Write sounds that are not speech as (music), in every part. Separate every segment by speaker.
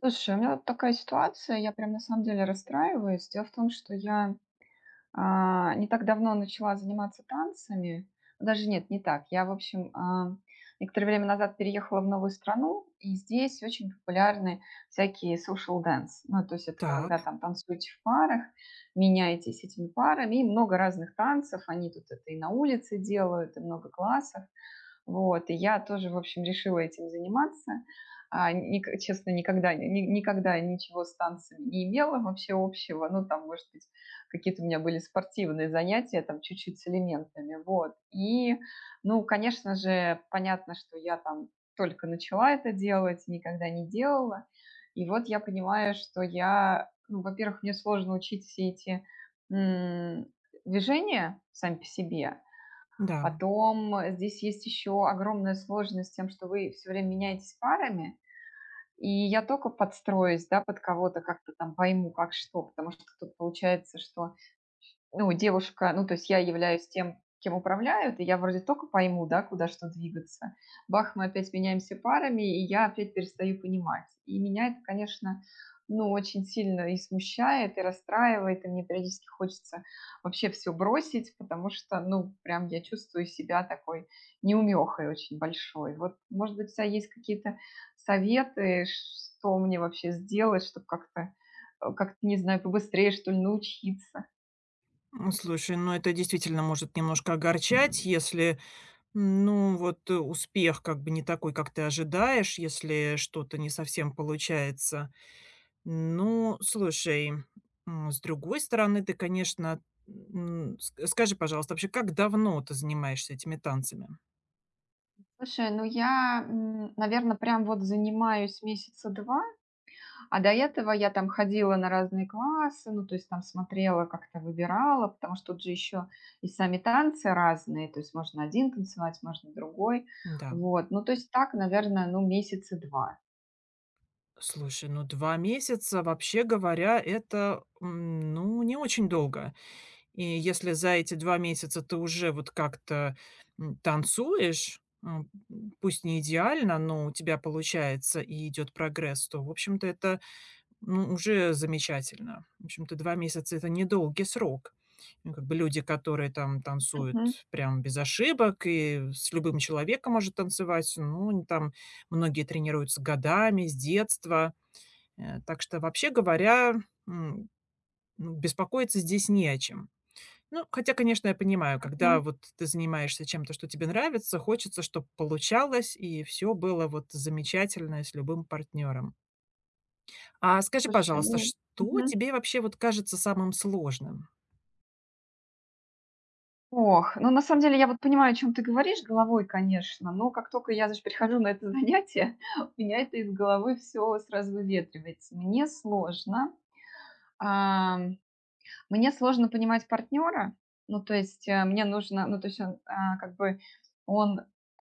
Speaker 1: Слушай, у меня вот такая ситуация, я прям на самом деле расстраиваюсь. Дело в том, что не так давно начала заниматься танцами. Даже нет, не так. Я, в общем, некоторое время назад переехала в новую страну, и здесь очень популярны всякие social dance. Ну, то есть это когда
Speaker 2: Так,
Speaker 1: там танцуете в парах, меняетесь этими парами, и много разных танцев. Они тут это и на улице делают, и много классов. Вот, и я тоже, в общем, решила этим заниматься. Честно, никогда, никогда ничего с танцами не имела вообще общего. Ну, там, может быть, какие-то у меня были спортивные занятия, там, чуть-чуть с элементами, вот. И, ну, конечно же, понятно, что я там только начала это делать, никогда не делала. И вот я понимаю, что я, ну, во-первых, мне сложно учить все эти м, движения сами по себе.
Speaker 2: да.
Speaker 1: Потом, здесь есть еще огромная сложность с тем, что вы все время меняетесь парами, и я только подстроюсь, да, под кого-то, как-то там пойму, как что. Потому что тут получается, что ну, девушка, ну, то есть я являюсь тем, кем управляют, и я вроде только пойму, да, куда что двигаться. Бах, мы опять меняемся парами, и я опять перестаю понимать. И меня это, конечно, ну, очень сильно и смущает, и расстраивает, и мне периодически хочется вообще все бросить, потому что, ну, прям я чувствую себя такой неумехой очень большой. Вот, может быть, у тебя есть какие-то советы, что мне вообще сделать, чтобы как-то, как-то, не знаю, побыстрее, что ли, научиться?
Speaker 2: Слушай, ну это действительно может немножко огорчать, если успех как бы не такой, как ты ожидаешь, если что-то не совсем получается. Ну, слушай, с другой стороны, ты, конечно, м, ск скажи, пожалуйста, вообще, как давно ты занимаешься этими танцами?
Speaker 1: Слушай, ну я, наверное, прям вот занимаюсь месяца 2, а до этого я там ходила на разные классы, ну, то есть там смотрела, как-то выбирала, потому что тут же еще и сами танцы разные, то есть можно один танцевать, можно другой.
Speaker 2: Да.
Speaker 1: Вот, ну, то есть так, наверное, ну, месяца 2.
Speaker 2: Слушай, ну 2 месяца, вообще говоря, это, ну, не очень долго. И если за эти 2 месяца ты уже вот как-то, танцуешь, пусть не идеально, но у тебя получается и идет прогресс, то, в общем-то, это, ну, уже замечательно. В общем-то, 2 месяца - это недолгий срок. Ну, как бы люди, которые там танцуют
Speaker 1: Мгм,
Speaker 2: прям без ошибок и с любым человеком может танцевать, ну, они там многие тренируются годами, с детства. Так что, вообще говоря, м, ну, беспокоиться здесь не о чем. Ну, хотя, конечно, я понимаю, когда
Speaker 1: мгм.
Speaker 2: вот ты занимаешься чем-то, что тебе нравится, хочется, чтобы получалось и все было вот замечательно и с любым партнером. А скажи,
Speaker 1: Слушай,
Speaker 2: пожалуйста,
Speaker 1: ну
Speaker 2: что
Speaker 1: мгм.
Speaker 2: тебе вообще вот кажется самым сложным?
Speaker 1: Ох, ну, на самом деле я вот понимаю, о чем ты говоришь головой, конечно, но как только я, значит, перехожу на это занятие, (laughs) у меня это из головы все сразу выветривается. Мне сложно, А, мне сложно понимать партнера, ну, то есть, мне нужно, ну, то есть он, как бы, он,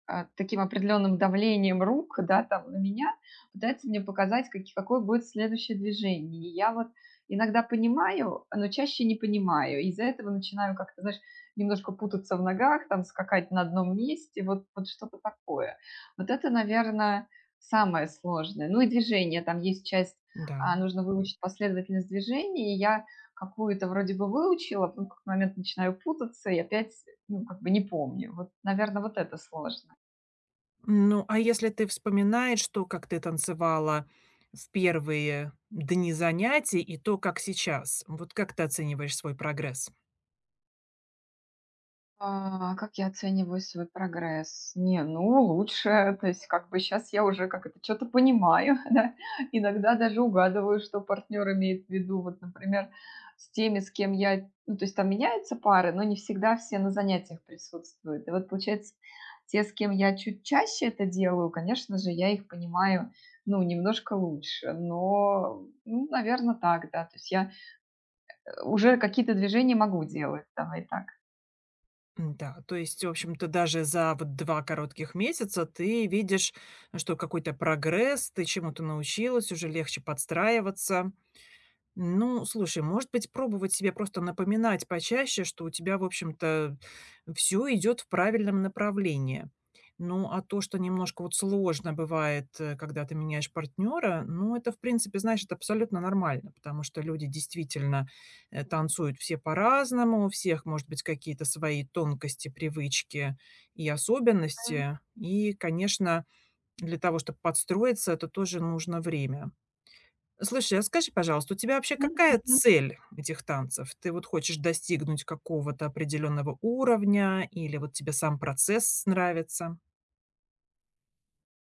Speaker 1: таким определенным давлением рук, да, там, на меня пытается мне показать, какое будет следующее движение. И я вот иногда понимаю, но чаще не понимаю. Из-за этого начинаю как-то, знаешь, немножко путаться в ногах, там, скакать на одном месте, вот, вот что-то такое. Вот это, наверное, самое сложное. Ну и движение, там есть часть,
Speaker 2: Да.
Speaker 1: нужно выучить последовательность движений, и я какую-то вроде бы выучила, а потом в какой-то момент начинаю путаться и опять, ну, как бы не помню. Вот, наверное, вот это сложно.
Speaker 2: Ну, а если ты вспоминаешь, что как ты танцевала в первые дни занятий и то, как сейчас, вот как ты оцениваешь свой прогресс?
Speaker 1: Как я оцениваю свой прогресс? Не, ну, лучше, то есть как бы сейчас я уже как это что-то понимаю, (laughs) да. Иногда даже угадываю, что партнер имеет в виду. Вот, например, с теми, с кем я, ну, то есть там меняются пары, но не всегда все на занятиях присутствуют. И вот получается, те, с кем я чуть чаще это делаю, конечно же, я их понимаю, ну, немножко лучше, но, ну, наверное, так, да. То есть я уже какие-то движения могу делать, давай так.
Speaker 2: Да, то есть, в общем-то, даже за вот 2 коротких месяца ты видишь, что какой-то прогресс, ты чему-то научилась, уже легче подстраиваться. Ну, слушай, может быть, пробовать себе просто напоминать почаще, что у тебя, в общем-то, все идет в правильном направлении. Ну, а то, что немножко вот сложно бывает, когда ты меняешь партнера, ну, это, в принципе, знаешь, это абсолютно нормально, потому что люди действительно, танцуют все по-разному, у всех, может быть, какие-то свои тонкости, привычки и особенности. И, конечно, для того, чтобы подстроиться, это тоже нужно время. Слушай, а скажи, пожалуйста, у тебя вообще
Speaker 1: Мгм,
Speaker 2: какая
Speaker 1: мгм.
Speaker 2: цель этих танцев? Ты вот хочешь достигнуть какого-то определенного уровня или вот тебе сам процесс нравится?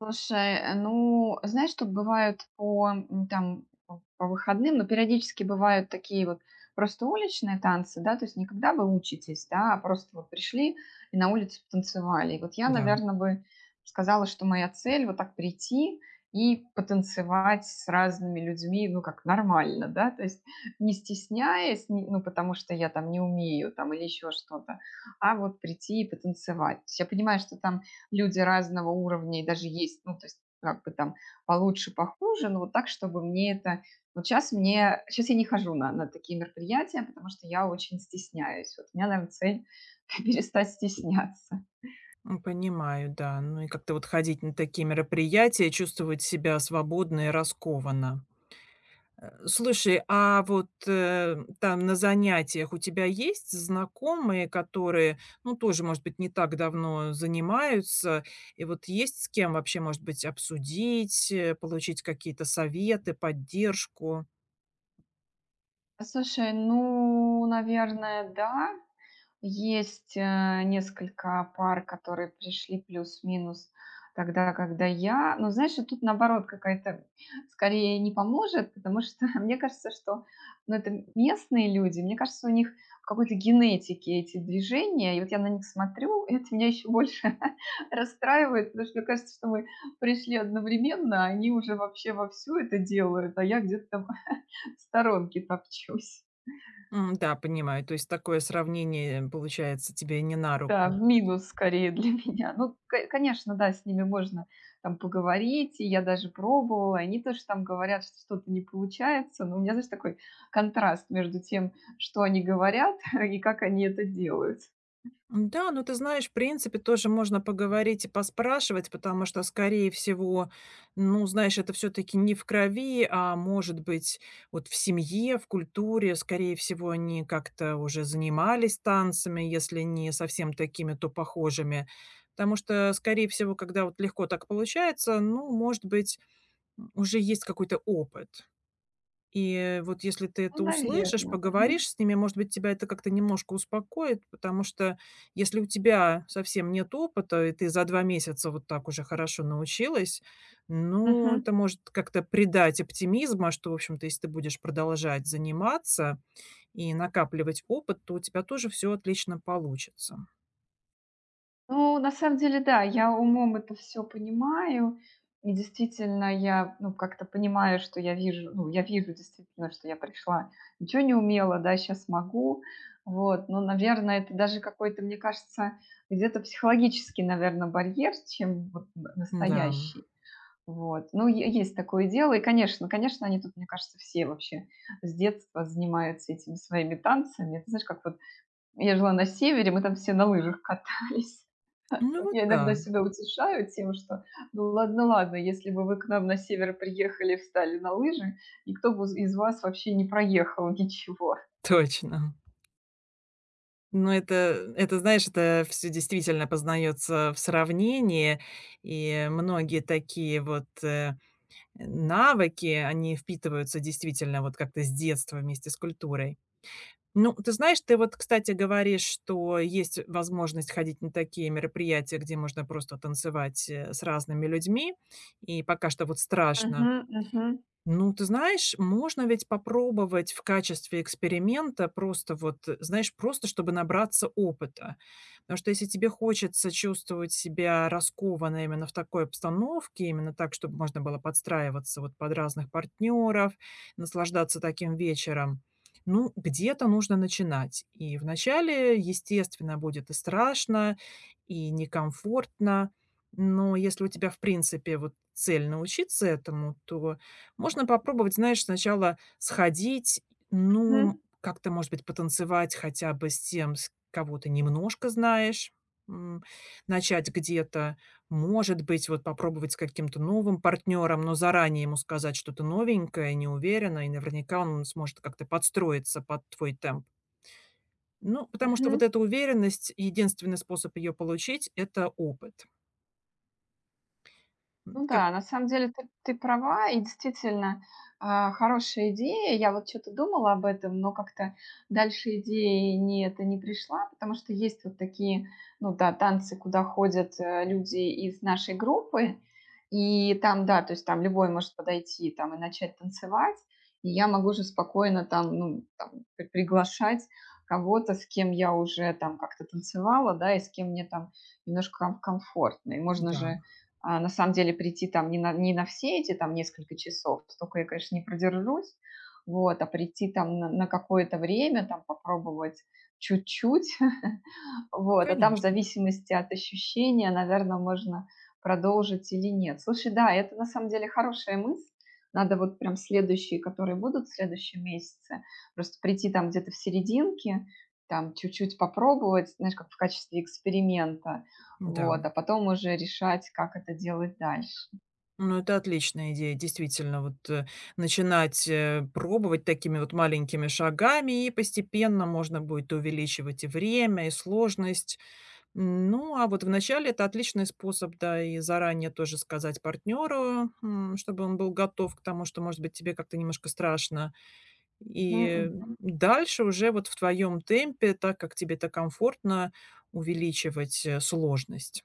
Speaker 1: Слушай, ну, знаешь, тут бывают там, по выходным, но периодически бывают такие вот просто уличные танцы, да, то есть никогда когда вы учитесь, да, а просто вот пришли и на улице потанцевали. И вот я,
Speaker 2: Да,
Speaker 1: наверное, бы сказала, что моя цель вот так прийти и потанцевать с разными людьми, ну, как нормально, да, то есть не стесняясь, не- ну, потому что я там не умею там или еще что-то, а вот прийти и потанцевать. То есть я понимаю, что там люди разного уровня и даже есть, ну, то есть как бы там получше, похуже, но вот так, чтобы мне это... Вот сейчас мне... Сейчас я не хожу на такие мероприятия, потому что я очень стесняюсь. Вот у меня, наверное, цель (laughs) перестать стесняться.
Speaker 2: понимаю, да. Ну и как-то вот ходить на такие мероприятия, чувствовать себя свободно и раскованно. Слушай, а вот, там на занятиях у тебя есть знакомые, которые, ну, тоже, может быть, не так давно занимаются? И вот есть с кем вообще, может быть, обсудить, получить какие-то советы, поддержку?
Speaker 1: Слушай, ну, наверное, да. Есть, несколько пар, которые пришли плюс-минус тогда, когда я. Но знаешь, и тут наоборот какая-то скорее не поможет, потому что (laughs) мне кажется, что, ну, это местные люди. Мне кажется, у них в какой-то генетике эти движения. И вот я на них смотрю, и это меня еще больше (laughs) расстраивает, потому что мне кажется, что мы пришли одновременно, а они уже вообще вовсю это делают, а я где-то там (laughs) в сторонке топчусь.
Speaker 2: Да, понимаю. То есть такое сравнение, получается, тебе не на
Speaker 1: Да,
Speaker 2: руку.
Speaker 1: в минус скорее для (laughs) меня. Ну, конечно, да, с ними можно там поговорить, и я даже пробовала, они тоже там говорят, что что-то не получается, но у меня, знаешь, такой контраст между тем, что они говорят (laughs) и как они это делают.
Speaker 2: Да, ну ты знаешь, в принципе, тоже можно поговорить и поспрашивать, потому что, скорее всего, ну, знаешь, это все-таки не в крови, а может быть, вот в семье, в культуре, скорее всего, они как-то уже занимались танцами, если не совсем такими, то похожими. Потому что, скорее всего, когда вот легко так получается, ну, может быть, уже есть какой-то опыт. И вот если ты
Speaker 1: Ну,
Speaker 2: это услышишь,
Speaker 1: наверное.
Speaker 2: поговоришь с ними, может быть, тебя это как-то немножко успокоит, потому что если у тебя совсем нет опыта, и ты за 2 месяца вот так уже хорошо научилась, ну, это может как-то придать оптимизма, что, в общем-то, если ты будешь продолжать заниматься и накапливать опыт, то у тебя тоже все отлично получится.
Speaker 1: Ну, на самом деле, да, я умом это все понимаю. И действительно, я, ну, как-то понимаю, что я вижу, ну, я вижу действительно, что я пришла, ничего не умела, да, сейчас могу. Вот, но, наверное, это даже какой-то, мне кажется, где-то психологический, наверное, барьер, чем вот н
Speaker 2: Да.
Speaker 1: настоящий. Вот, ну, е есть такое дело. И, конечно, они тут, мне кажется, все вообще с детства занимаются этими своими танцами. Это знаешь, как вот я жила на севере, мы там все на лыжах катались.
Speaker 2: Ну
Speaker 1: Вот
Speaker 2: вот
Speaker 1: я иногда
Speaker 2: да,
Speaker 1: себя утешаю тем, что ну ладно, ладно, если бы вы к нам на север приехали, встали на лыжи, никто бы из вас вообще не проехал ничего.
Speaker 2: (laughs) точно. Ну, это, знаешь, это все действительно познается в сравнении, и многие такие вот, навыки, они впитываются действительно вот как-то с детства вместе с культурой. Ну, ты знаешь, ты вот, кстати, говоришь, что есть возможность ходить на такие мероприятия, где можно просто танцевать, с разными людьми, и пока что вот страшно.
Speaker 1: Мгм, мгм,
Speaker 2: Ну, ты знаешь, можно ведь попробовать в качестве эксперимента просто вот, знаешь, просто чтобы набраться опыта. Потому что если тебе хочется чувствовать себя раскованно именно в такой обстановке, именно так, чтобы можно было подстраиваться вот под разных партнеров, наслаждаться таким вечером, ну, где-то нужно начинать. И вначале, естественно, будет и страшно, и некомфортно, но если у тебя, в принципе, вот цель научиться этому, то можно попробовать, знаешь, сначала сходить, ну,
Speaker 1: мгм,
Speaker 2: как-то, может быть, потанцевать хотя бы с тем, с кого ты немножко знаешь, м, начать где-то. Может быть, вот попробовать с каким-то новым партнером, но заранее ему сказать что-то новенькое, неуверенно, и наверняка он сможет как-то подстроиться под твой темп. Ну, потому что
Speaker 1: мгм.
Speaker 2: вот эта уверенность, единственный способ ее получить – это опыт. М,
Speaker 1: Ну
Speaker 2: как-
Speaker 1: да, на самом деле ты права, и действительно, хорошая идея. Я вот что то думала об этом, но как-то дальше идеи не это не пришла, потому что есть вот такие, ну да, танцы, куда ходят, люди из нашей группы. И там, да, то есть там любой может подойти там и начать танцевать. И я могу же спокойно там, ну, там приглашать кого-то, с кем я уже там как-то танцевала, да, и с кем мне там немножко комфортно. И можно
Speaker 2: Да,
Speaker 1: же, на самом деле прийти там не на, не на все эти там несколько часов, столько я, конечно, не продержусь, вот, а прийти там на какое-то время, там попробовать чуть-чуть, (laughs) вот, а там в
Speaker 2: конечно.
Speaker 1: зависимости от ощущения, наверное, можно продолжить или нет. Слушай, да, это на самом деле хорошая мысль, надо вот прям следующие, которые будут в следующем месяце, просто прийти там где-то в серединке, там чуть-чуть попробовать, знаешь, как в качестве эксперимента,
Speaker 2: Да.
Speaker 1: вот, а потом уже решать, как это делать дальше.
Speaker 2: Ну, это отличная идея, действительно, вот, начинать, пробовать такими вот маленькими шагами, и постепенно можно будет увеличивать и время, и сложность. Ну, а вот вначале это отличный способ, да, и заранее тоже сказать партнеру, чтобы он был готов к тому, что, может быть, тебе как-то немножко страшно.
Speaker 1: Мгм,
Speaker 2: И
Speaker 1: мгм.
Speaker 2: дальше уже вот в твоем темпе, так как тебе это комфортно, увеличивать, сложность.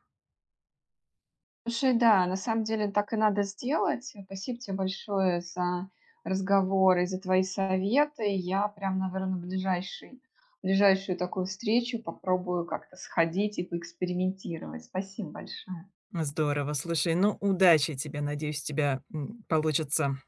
Speaker 1: Слушай, да, на самом деле так и надо сделать. Спасибо тебе большое за разговор и за твои советы. Я прям, наверное, в ближайший, ближайшую такую встречу попробую как-то сходить и поэкспериментировать. Спасибо большое.
Speaker 2: Здорово, слушай, ну, удачи тебе. Надеюсь, у тебя, получится